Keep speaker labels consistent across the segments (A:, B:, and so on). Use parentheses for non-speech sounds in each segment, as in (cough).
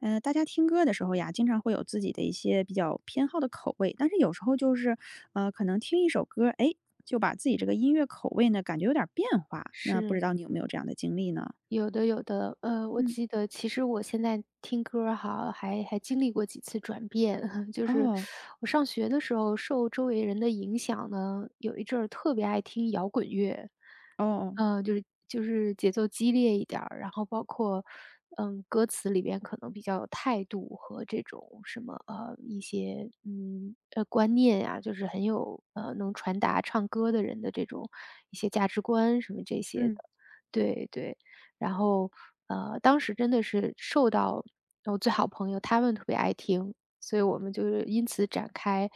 A: 大家听歌的时候呀，经常会有自己的一些比较偏好的口味，但是有时候就是，可能听一首歌，哎，就把自己这个音乐口味呢，感觉有点儿变化。那不知
B: 是，
A: 道你有没有这样的经历呢？
B: 有的，有的。我
A: 嗯
B: 记得其实我现在听歌儿哈，还经历过几次转变。(laughs) 就是
A: 哦
B: 我上学的时候，受周围人的影响呢，有一阵儿特别爱听摇滚乐，
A: 哦哦，
B: 就是节奏激烈一点儿，然后包括歌词里边可能比较有态度和这种什么一些观念呀、就是很有能传达唱歌的人的这种一些价值观什么这些
A: 嗯
B: 的。对对，然后，当时真的是受到我最好朋友他们特别爱听，所以我们就是因此展开，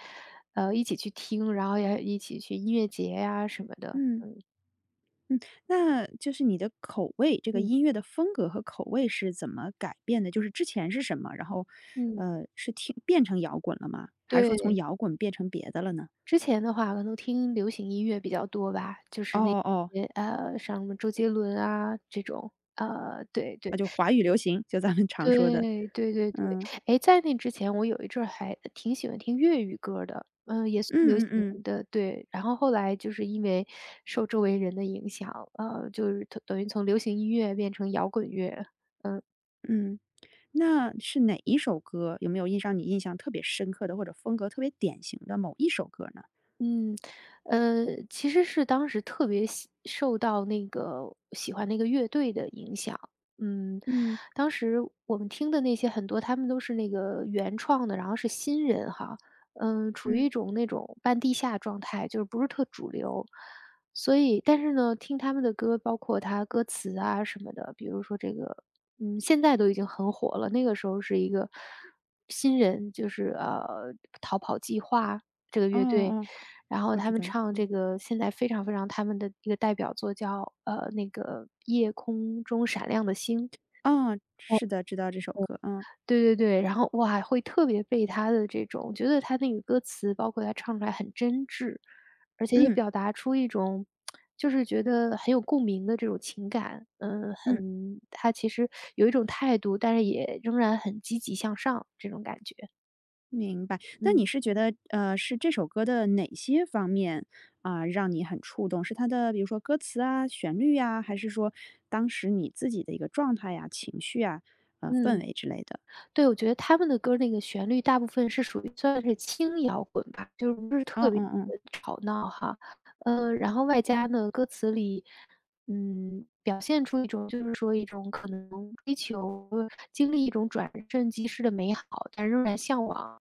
B: 一起去听，然后也一起去音乐节呀什么的。
A: 嗯嗯，那就是你的口味，这个
B: 嗯
A: 音乐的风格和口味是怎么改变的？就是之前是什么，然后，
B: 嗯，
A: 是听变成摇滚了吗？还是说从
B: 对。
A: 摇滚变成别的了呢？
B: 之前的话可能听流行音乐比较多吧，就
A: 哦
B: 是那
A: 哦哦，
B: 些，像什么周杰伦啊这种，对
A: 啊，
B: 对。
A: 就华语流行，就咱们常说的，
B: 对，对对对。
A: 嗯。
B: 哎，在那之前我有一阵儿还挺喜欢听粤语歌儿的，也算
A: 嗯
B: 流
A: 嗯
B: 行
A: 嗯
B: 的，对。然后后来就是因为受周围人的影响，就是等于从流行音乐变成摇滚乐。
A: 嗯，那是哪一首歌？有没有印让你印象特别深刻的，或者风格特别典型的某一首歌呢？
B: 嗯，其实是当时特别喜欢那个乐队的影响。嗯，
A: 嗯
B: 当时我们听的那些很多，他们都是那个原创的，然后是新人哈，处于
A: 嗯，
B: 一种那种半地下状态，就是不是特主流。所以，但是呢，听他们的歌，包括他歌词啊什么的，比如说这个，现在都已经很火了，那个时候是一个新人，就是逃跑计划这个
A: 哦
B: 乐队，
A: 哦，
B: 然后
A: 我
B: 他
A: 知
B: 们
A: 道，
B: 唱
A: 嗯，
B: 这个现在非常非常他们的一个代表作叫，那个夜空中闪亮的星。
A: 哦，
B: 哦。
A: 是的，知道这首歌，嗯
B: 对对对，然后哇，会特别被他的这种觉得他那个歌词，包括他唱出来很真挚，而且也
A: 嗯
B: 表达出一种就是觉得很有共鸣的这种情感。嗯，
A: 嗯，
B: 很他其实有一种态度，但是也仍然很积极向上这种感觉。
A: 明白。那
B: 嗯，
A: 你是觉得，是这首歌的哪些方面啊，让你很触动？是它的比如说歌词啊、旋律呀，还是说当时你自己的一个状态呀、情绪啊、氛
B: 嗯。
A: 围之类的？
B: 对，我觉得他们的歌那个旋律大部分是属于算是轻摇滚吧，就是不是
A: 哦
B: 特别
A: 哦哦，
B: 地吵闹哈。然后外加呢，歌词里，表现出一种就是说一种可能追求经历一种转瞬即逝的美好，但仍然向往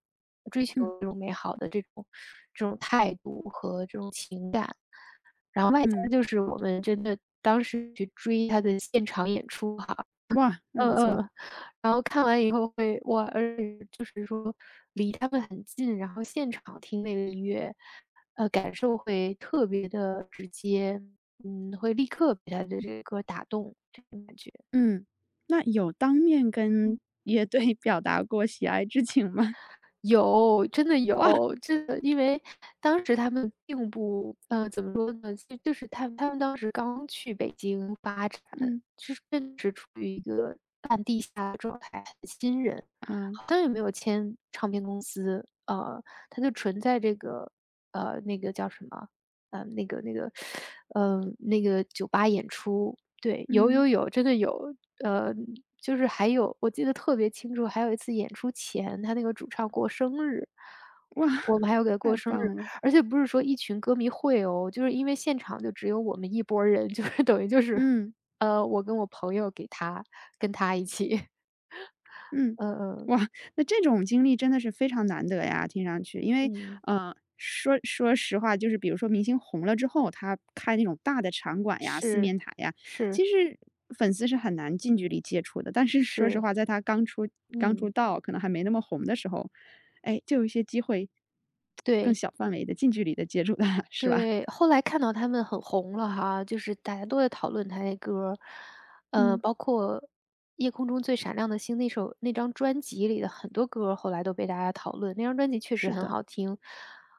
B: 追求
A: 嗯嗯
B: 这种美好的这种态度和这种情感。然后外
A: 嗯
B: 加
A: 嗯，
B: 就是我们真的当时去追他的现场演出哈。
A: 哇，那
B: 嗯
A: 不错。
B: 嗯，然后看完以后会哇，而且就是说离他们很近，然后现场听那个音乐，感受会特别的直接，会立刻被他的这个歌打动，这种感觉。
A: 嗯，那有当面跟乐队 (laughs) 表达过喜爱之情吗？
B: 有，真的
A: (laughs) 哇，
B: 有，真的，因为当时他们并不怎么说呢，就是他们当时刚去北京发展，
A: 嗯，
B: 就是正是处于一个半地下的状态，很新人。
A: 啊，
B: 好像也没有签唱片公司，他就纯在这个那个叫什么，呃，那个那个，那个酒吧演出。对，有
A: 嗯，
B: 有有，真的有，呃，就是还有我记得特别清楚，还有一次演出前，他那个主唱过生日，
A: 哇，
B: 我
A: (laughs)
B: 们还要给他
A: 太
B: 过生日，
A: 棒了，
B: 而且不是说一群歌迷会哦，就是因为现场就只有我们一拨儿人，就是等于就是，
A: 嗯。
B: 我跟我朋友给他跟他一起，(laughs)
A: 嗯，
B: 嗯嗯，
A: 哇，那这种经历真的是非常难得呀，听上去。因为，
B: 嗯。
A: 说说实话，就是比如说明星红了之后，他开那种大的场馆呀、四
B: 是，
A: 面台呀，其
B: 是，
A: 实粉丝是很难近距离接触的。但是说实
B: 是，
A: 话，在他刚出刚出
B: 嗯，
A: 道，可能还没那么红的时候，哎，就有一些机会，更
B: 对，
A: 小范围的近距离的接触他，是吧？
B: 对。后来看到他们很红了哈，就是大家都在讨论他那歌儿，
A: 嗯，
B: 包括《夜空中最闪亮的星》那首那张专辑里的很多歌后来都被大家讨论，那张专辑确实
A: 是
B: 很
A: 的，
B: 好听。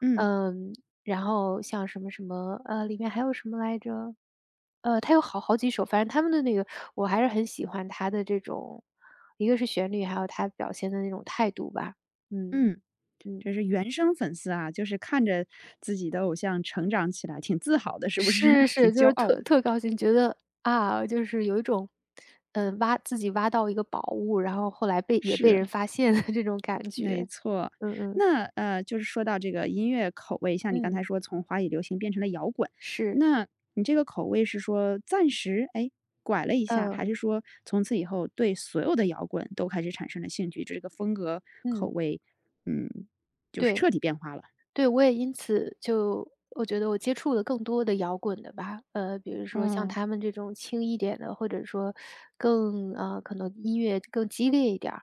A: 嗯
B: 嗯，然后像什么什么，里面还有什么来着？他有好几首，反正他们的那个我还是很喜欢他的这种，一个是旋律，还有他表现的那种态度吧，嗯。
A: 嗯。
B: 嗯。
A: 这是原生粉丝啊，就是看着自己的偶像成长起来，挺自豪的，是不是？
B: 是
A: (laughs) 挺
B: 是，就
A: 骄
B: 是
A: 傲
B: 特
A: 的，
B: 特高兴，觉得，啊，就是有一种，挖自己挖到一个宝物，然后后来被也被
A: 是，
B: 人发现的这种感
A: 没
B: 觉。
A: 错。
B: 嗯嗯，
A: 那就是说到这个音乐口味，像你刚
B: 嗯，
A: 才说从华语流行变成了摇滚，
B: 是，
A: 那你这个口味是说暂时哎拐了一下，
B: 嗯，
A: 还是说从此以后对所有的摇滚都开始产生了兴趣，就这个风格口
B: 嗯，
A: 味，嗯，就是
B: 对。
A: 彻底变化了？
B: 对，我也因此就我觉得我接触了更多的摇滚的吧，比如说像
A: 哦，
B: 他们这种轻一点的，或者说更可能音乐更激烈一点儿。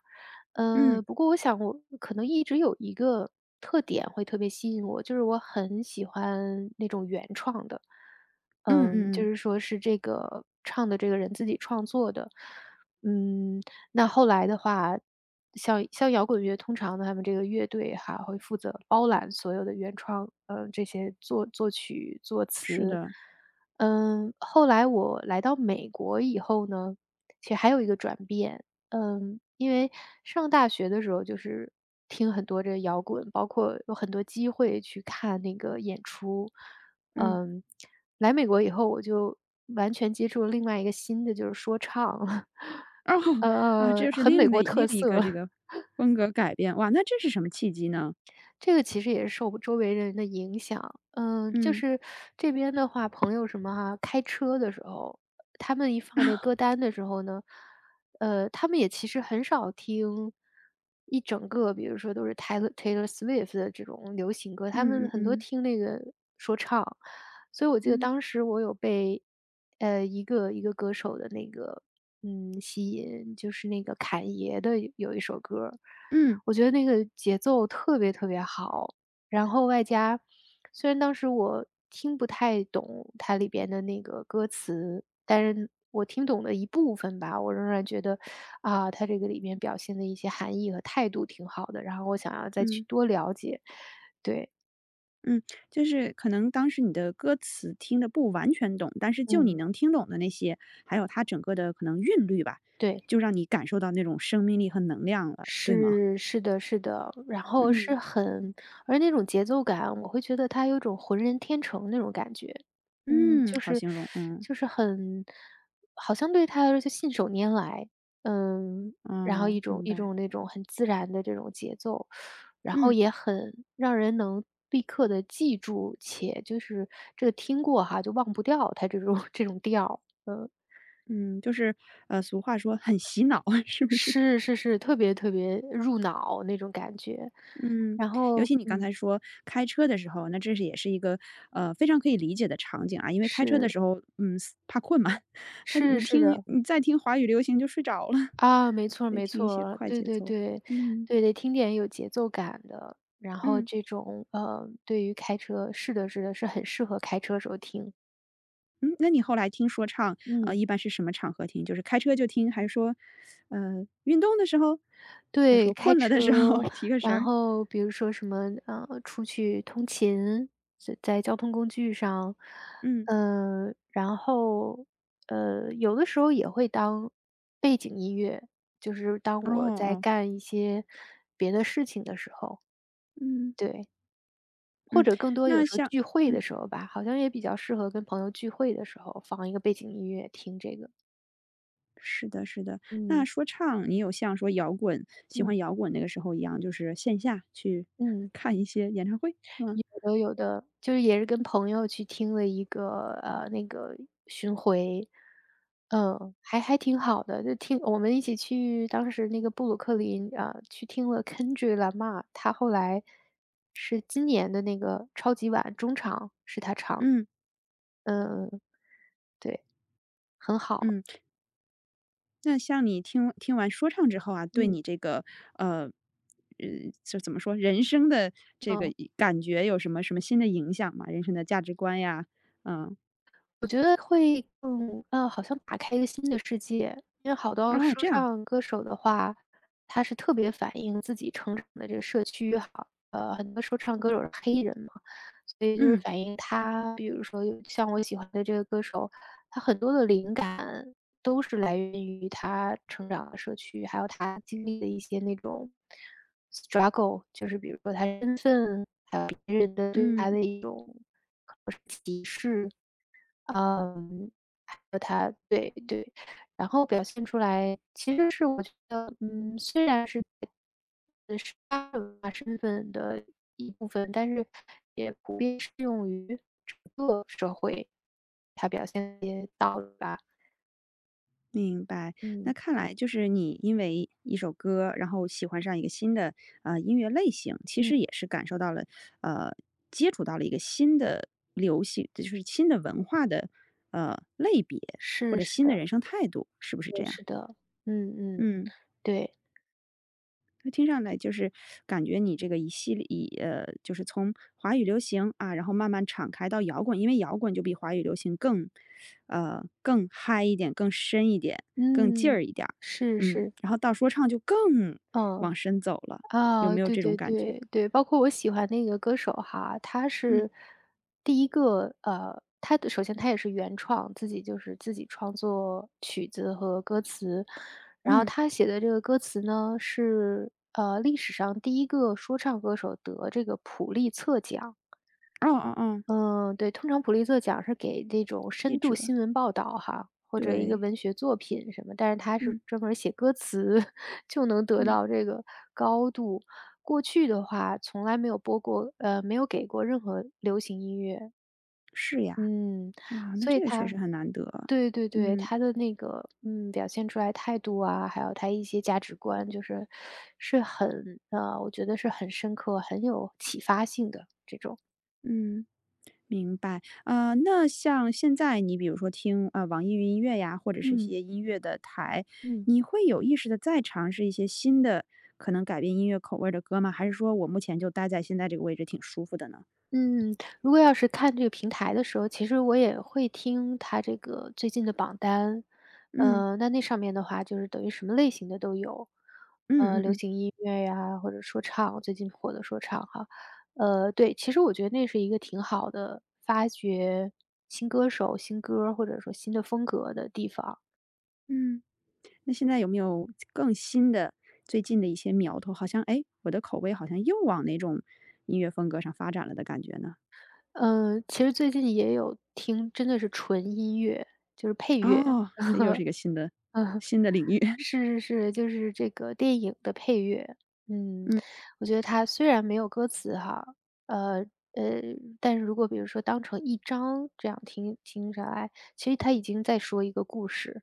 A: 嗯
B: 不过我想我可能一直有一个特点会特别吸引我，就是我很喜欢那种原创的，
A: 嗯嗯
B: 就
A: 嗯，
B: 是说是这个唱的这个人自己创作的，嗯，那后来的话，像摇滚乐，通常呢，他们这个乐队哈会负责包揽所有的原创，这些作曲、作
A: 是
B: 词。
A: 的，
B: 后来我来到美国以后呢，其实还有一个转变。因为上大学的时候就是听很多这摇滚，包括有很多机会去看那个演出。
A: 嗯。
B: 嗯。来美国以后，我就完全接触了另外一个新的，就是说唱，
A: 哦，
B: (laughs)
A: 啊，这就是
B: 很美
A: 另的
B: 国
A: 另
B: 特
A: 一
B: 色。
A: 个这个风格改变，哇，那这是什么契机呢？
B: 这个其实也是受周围人的影响。嗯，就
A: 嗯，
B: 是这边的话，朋友什么哈，开车的时候，他们一放那
A: (laughs)
B: 歌单的时候呢，他们也其实很少听一整个，比如说都是 Taylor Swift 的这种流行歌，他
A: 嗯
B: 们
A: 嗯
B: 很多
A: 嗯
B: 听那个说唱。所以我记得
A: 嗯
B: 当时我有被一个歌手的那个吸引，就是那个侃爷的有一首歌
A: 嗯
B: 我觉得那个节奏特别特别好，然后外加虽然当时我听不太懂它里边的那个歌词，但是我听懂了一部分吧，我仍然觉得，啊，它这个里面表现的一些含义和态度挺好的，然后我想要再去
A: 嗯
B: 多了解。对，
A: 嗯，就是可能当时你的歌词听得不完全懂，但是就你
B: 嗯，
A: 能听懂的那些，还有它整个的可能韵律吧，
B: 对。
A: 就让你感受到那种生命力和能量了，对吗？
B: 是是的是的，然后是
A: 嗯
B: 很而那种节奏感，我会觉得它有一种浑然天成那种感觉。嗯，
A: 嗯，
B: 就
A: 好
B: 是
A: 形容，嗯，
B: 就是很好像对他来说就信手拈来，嗯，然后
A: 哦，
B: 一种
A: 明
B: 一
A: 白，
B: 种那种很自然的这种节奏，然后
A: 嗯
B: 也很让人能立刻的记住，且就是这个听过哈，就忘不掉他这种 (laughs) 这种调儿，嗯。
A: 嗯，就是俗话说很洗脑，(laughs) 是不是？
B: 是是是，特别特别入脑那种感觉。
A: 嗯，
B: 然
A: 尤
B: 后
A: 其你刚
B: 嗯，
A: 才说开车的时候，那这是也是一个非常可以理解的场景啊，因为开车的
B: 是，
A: 时候，嗯，怕困嘛，(laughs) 他，
B: 是
A: 你
B: 是
A: 听
B: 的，
A: 你再听华语流行就睡着了，
B: 啊，没错
A: (laughs)
B: 儿
A: 得
B: 没
A: 听一
B: 错
A: 些
B: 儿，
A: 快
B: 对
A: 节
B: 对
A: 奏。
B: 对，
A: 嗯
B: 对，得听点有节奏感的。然后
A: 嗯
B: 这种，对于开车是的是的，是很适合开车时候听，
A: 嗯，那你后来听说唱，
B: 嗯。
A: 一般是什么场合听？就是开车就听，还是说，运动的时候，还是
B: 对，
A: 说
B: 开
A: 困了的时候
B: 车，
A: (laughs) 提个神
B: 然
A: 儿？
B: 后比如说什么，出去通勤，在交通工具上，
A: 嗯，
B: 然后，有的时候也会当背景音乐，就是当
A: 哦
B: 我在
A: 哦，
B: 干一些别的事情的时候，
A: 嗯
B: 对，或
A: 嗯，
B: 者更多有
A: 那
B: 时候
A: 像
B: 聚会
A: 嗯。
B: 的时候吧，好像也比较适合跟朋友聚会的时候放一个背景音乐听这个，
A: 是的，是的。那
B: 嗯
A: 说唱，你有像说摇滚，喜
B: 嗯
A: 欢摇滚那个时候一样，就是线下去
B: 嗯。
A: (laughs) 看一些演唱会吗？
B: 有的有的，就是也是跟朋友去听了一个，那个巡回，嗯，还挺好的，就听我们一起去当时那个布鲁克林，啊，去听了 Kendrick Lamar，他后来是今年的那个超级碗中场是他唱的，
A: 嗯
B: 嗯嗯，嗯对，很好，
A: 嗯，那像你听完说唱之后啊，对
B: 嗯。
A: 你这个呃，呃，就怎么说，人生的这个
B: 嗯。
A: 一感觉有什么什么新的影响吗？人生的价值观呀，嗯，
B: 我觉得会更好像打开一个新的世界。因为好多
A: 哦，
B: 说
A: 这样，
B: 唱歌手的话，他是特别反映自己成长的这个社区哈。很多说唱歌手是黑人嘛，所以就是
A: 嗯
B: 反映他比如说有像我喜欢的这个歌手，他很多的灵感都是来源于他成长的社区，还有他经历的一些那种 struggle，就是比如说他身份，还有别人的对他
A: 嗯。
B: 的一种嗯，还有他对，然后表现出来其实是我觉得，嗯，虽然是在他的文化身份的一部分，但是也普遍适用于整个社会，他表现的一些道理吧。
A: 明白，那
B: 嗯
A: 看来就是你因为一首歌，然后喜欢上一个新的音乐类型，其
B: 嗯，
A: 实也是感受到了呃接触到了一个新的流行，就是新的文化的类别或
B: 是
A: 者
B: 是
A: 新
B: 的，
A: 的人生态度，是不是这
B: 嗯
A: 样？
B: 是的。嗯嗯，
A: 嗯
B: 对，
A: 听上来就是感觉你这个一系列，就是从华语流行啊，然后慢慢敞开到摇滚，因为摇滚就比华语流行更嗨一点，更深一点，更劲
B: 嗯，
A: 儿一点儿，
B: 是
A: 嗯，
B: 是，
A: 然后到说唱就更
B: 嗯。
A: 往深走了，有
B: 啊，
A: 没有
B: 对
A: 这种
B: 对
A: 感觉？
B: 对对，包括我喜欢那个歌手哈，他
A: 嗯
B: 是第一个他的首先他也是原创，自己就是自己创作曲子和歌词，然后
A: 嗯，
B: 他写的这个歌词呢，是历史上第一个说唱歌手得这个普利策奖。
A: 哦哦哦，
B: 嗯，对，通常普利策奖是给那种
A: 记
B: 深度
A: 者，
B: 新闻报道哈，或者一个
A: 对，
B: 文学作品什么，但是他是
A: 嗯
B: 专门儿写歌词 (laughs) 就能得
A: 嗯，
B: 到这个高度。过去的话从来没有播过，没有给过任何流行音乐，
A: 是呀，
B: 嗯，
A: 啊，那
B: 所以
A: 这个确
B: 他
A: 实很难得，
B: 对对对，
A: 嗯
B: 他的那个表现出来态度啊，还有他一些价值观，就是是很，我觉得是很深刻、很有启发性的这种，
A: 嗯。明白，那像现在你比如说听啊、网易云音乐呀，或者是一
B: 嗯
A: 些音乐的台，
B: 嗯。
A: 你会有意识的再尝试一些新的可能改变音乐口味儿的歌吗？还是说我目前就待在现在这个位置挺舒服的呢？
B: 嗯，如果要是看这个平台的时候，其实我也会听它这个最近的榜单。
A: 嗯
B: 那上面的话就是等于什么类型的都有，
A: 嗯嗯
B: 流
A: 嗯
B: 行音乐呀，或者说唱，最近火的说唱哈。对，其实我觉得那是一个挺好的发掘新歌手、新歌或者说新的风格的地方。
A: 嗯，那现在有没有更新的最近的一些苗头？好像哎，诶我的口味好像又往哪种音乐风格上发展了的感觉呢？
B: 嗯，其实最近也有听，真的是纯音乐，就是配乐。
A: 哦，这又是一个新的
B: (laughs)
A: 新的领域，
B: 是是是，就是这个电影的配乐。
A: (laughs)
B: 嗯，
A: 嗯，
B: 我觉得它虽然没有歌词哈，呃呃，但是如果比如说当成一章这样听听下来，其实它已经在说一个故事。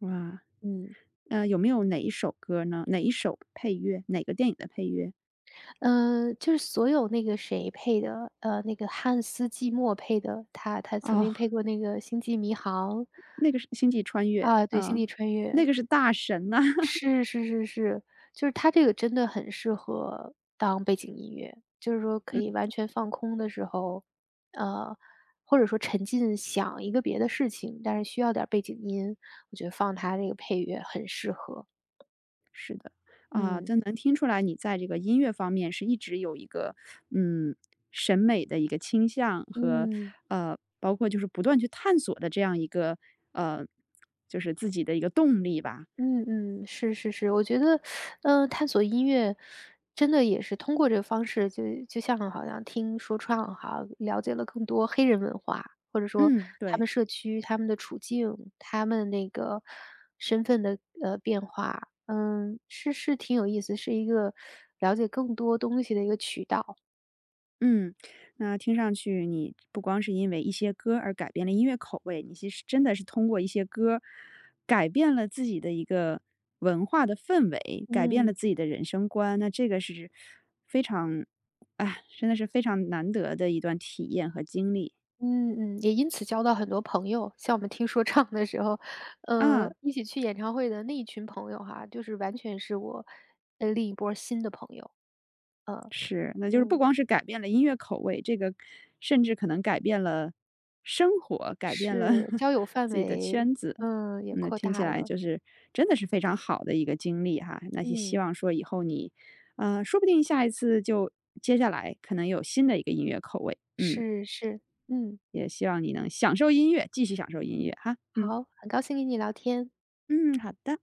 A: 哇。
B: 嗯，
A: 有没有哪一首歌呢？哪一首配乐？哪个电影的配乐？
B: 就是所有那个谁配的，那个汉斯季默配的，他曾
A: 哦，
B: 经配过那个《星际迷航》
A: 那个是《星际穿越》
B: 啊，对，《星
A: 啊，
B: 际穿越》
A: 那个是大神呐。(laughs)
B: 是是是是，就是它这个真的很适合当背景音乐，就是说可
A: 嗯，
B: 以完全放空的时候，呃，或者说沉浸想一个别的事情，但是需要点儿背景音，我觉得放它这个配乐很适合。
A: 是的。啊，
B: 嗯
A: 这能听出来你在这个音乐方面是一直有一个，嗯，审美的一个倾向和，
B: 嗯。
A: 包括就是不断去探索的这样一个，呃，就是自己的一个动力吧。
B: 嗯嗯，是是是，我觉得，嗯，探索音乐真的也是通过这个方式就像好像听说唱哈，了解了更多黑人文化，或者说
A: 嗯，
B: 他
A: 对。
B: 们社区、他们的处境、他们那个身份的变化，嗯，是是挺有意思，是一个了解更多东西的一个渠道。
A: 嗯，那听上去你不光是因为一些歌而改变了音乐口味，你其实真的是通过一些歌改变了自己的一个文化的氛围，改变了
B: 嗯。
A: 自己的人生观。那这个是非常，哎，真的是非常难得的一段体验和经历
B: 嗯嗯，也因此交到很多朋友，像我们听说唱的时候，
A: 啊。
B: 一起去演唱会的那一群朋友哈，就是完全是我，另一波儿新的朋友，呃，
A: 是，那就是不
B: 嗯，
A: 光是改变了音乐口味，这个甚至可能改变了生活，改变了
B: 是
A: (laughs)
B: 交友范
A: 自己的
B: 围，
A: 圈子。嗯
B: 嗯，也
A: 那
B: 扩
A: 听起
B: 大
A: 来
B: 了，
A: 就是真的是非常好的一个经历哈。那也希
B: 嗯，
A: 望说以后你，说不定下一次就接下来可能有新的一个音乐口味。嗯，
B: 是是，嗯，
A: 也希望你能享受音乐，继续享受音乐哈。嗯
B: 好，很高兴跟你聊天。
A: 嗯，好的。